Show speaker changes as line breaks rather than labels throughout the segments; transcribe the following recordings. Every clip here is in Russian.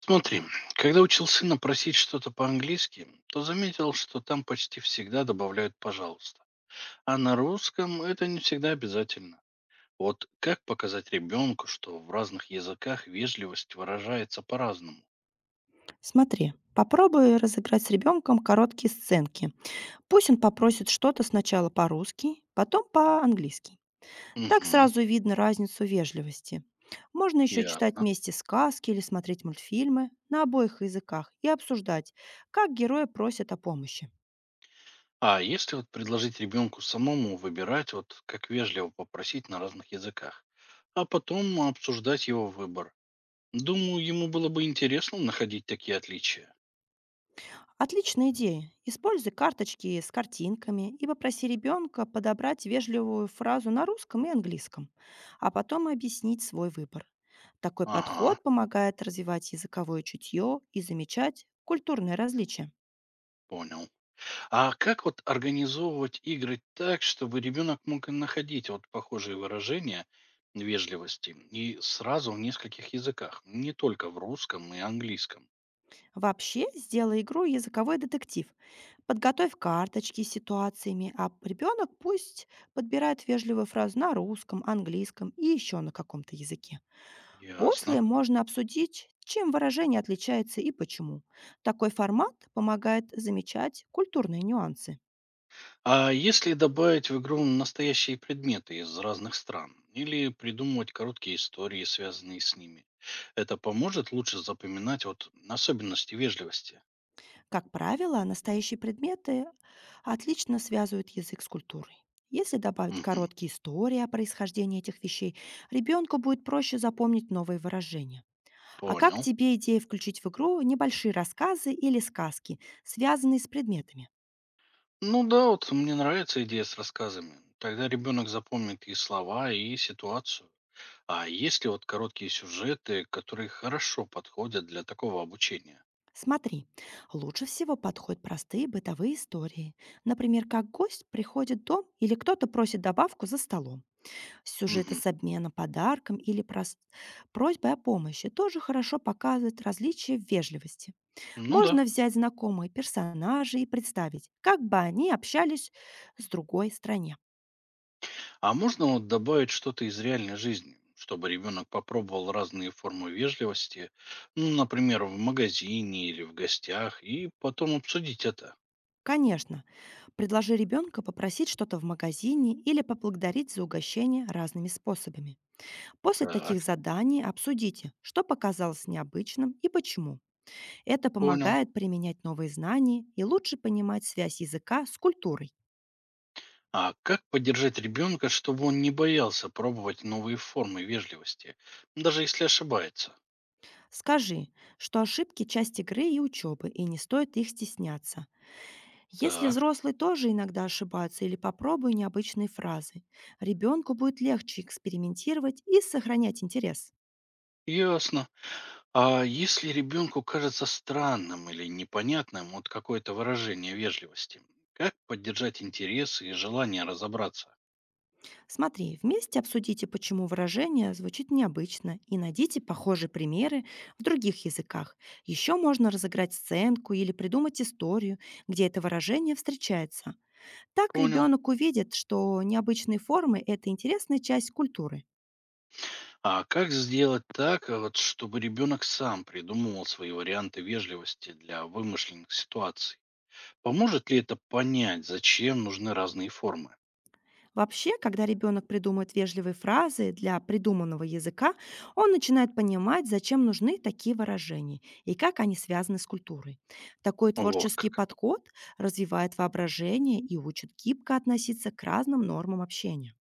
Смотри, когда учил сына просить что-то по-английски, то заметил, что там почти всегда добавляют «пожалуйста». А на русском это не всегда обязательно. Вот как показать ребенку, что в разных языках вежливость выражается по-разному?
Смотри, попробуй разыграть с ребенком короткие сценки. Пусть он попросит что-то сначала по-русски, потом по-английски. Так
Угу,
сразу видно разницу вежливости. Можно еще читать
ясно.
вместе сказки или смотреть мультфильмы на обоих языках и обсуждать, как герои просят о помощи.
А если вот предложить ребенку самому выбирать, вот как вежливо попросить на разных языках, а потом обсуждать его выбор? Думаю, ему было бы интересно находить такие отличия.
Отличная идея. Используй карточки с картинками и попроси ребенка подобрать вежливую фразу на русском и английском, а потом объяснить свой выбор. Такой
Ага,
подход помогает развивать языковое чутье и замечать культурные различия.
понял. А как вот организовывать игры так, чтобы ребенок мог и находить вот похожие выражения вежливости и сразу в нескольких языках, не только в русском и английском?
Вообще, сделай игру языковой детектив. Подготовь карточки с ситуациями, а ребенок пусть подбирает вежливую фразу на русском, английском и еще на каком-то языке.
Ясно.
После можно обсудить, чем выражение отличается и почему. Такой формат помогает замечать культурные нюансы.
А если добавить в игру настоящие предметы из разных стран или придумывать короткие истории, связанные с ними, это поможет лучше запоминать вот особенности вежливости?
Как правило, настоящие предметы отлично связывают язык с культурой. Если добавить
Мгм.
короткие истории о происхождении этих вещей, ребенку будет проще запомнить новые выражения. А как
Понял.
тебе идея включить в игру небольшие рассказы или сказки, связанные с предметами?
Ну да, вот мне нравится идея с рассказами. Тогда ребенок запомнит и слова, и ситуацию. А есть ли вот короткие сюжеты, которые хорошо подходят для такого обучения?
Смотри, лучше всего подходят простые бытовые истории. Например, как гость приходит в дом или кто-то просит добавку за столом. Сюжеты
Мгм.
с обменом подарком или просьбой о помощи тоже хорошо показывают различия в вежливости.
Ну да.
Можно взять знакомые персонажи и представить, как бы они общались с другой стране.
А можно вот добавить что-то из реальной жизни, чтобы ребенок попробовал разные формы вежливости, ну, например, в магазине или в гостях, и потом обсудить это.
Конечно, предложи ребенку попросить что-то в магазине или поблагодарить за угощение разными способами. После
Так,
таких заданий обсудите, что показалось необычным и почему. Это
понял.
помогает применять новые знания и лучше понимать связь языка с культурой.
А как поддержать ребенка, чтобы он не боялся пробовать новые формы вежливости, даже если ошибается?
Скажи, что ошибки– часть игры и учебы, и не стоит их стесняться. Если
Так,
взрослые тоже иногда ошибаются или попробуй необычные фразы, ребенку будет легче экспериментировать и сохранять интерес.
ясно. А если ребенку кажется странным или непонятным вот какое-то выражение вежливости, как поддержать интерес и желание разобраться?
Смотри, вместе обсудите, почему выражение звучит необычно, и найдите похожие примеры в других языках. Еще можно разыграть сценку или придумать историю, где это выражение встречается. Так
Понял.
ребенок увидит, что необычные формы– это интересная часть культуры.
А как сделать так, вот, чтобы ребенок сам придумывал свои варианты вежливости для вымышленных ситуаций? Поможет ли это понять, зачем нужны разные формы?
Вообще, когда ребенок придумывает вежливые фразы для придуманного языка, он начинает понимать, зачем нужны такие выражения и как они связаны с культурой. Такой
Вот
творческий
как.
подход развивает воображение и учит гибко относиться к разным нормам общения.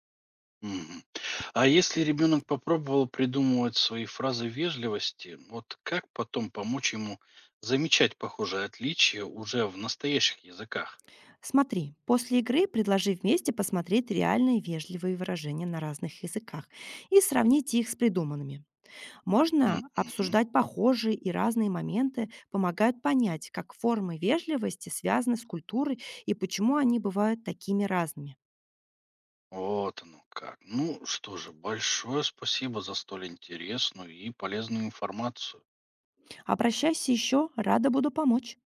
Мгм. А если ребенок попробовал придумывать свои фразы вежливости, вот как потом помочь ему замечать похожие отличия уже в настоящих языках?
Смотри, после игры предложи вместе посмотреть реальные вежливые выражения на разных языках и сравнить их с придуманными. Можно
Мгм.
обсуждать похожие и разные моменты, помогают понять, как формы вежливости связаны с культурой и почему они бывают такими разными.
Вот оно как. Ну что же, большое спасибо за столь интересную и полезную информацию.
Обращайся еще, рада буду помочь.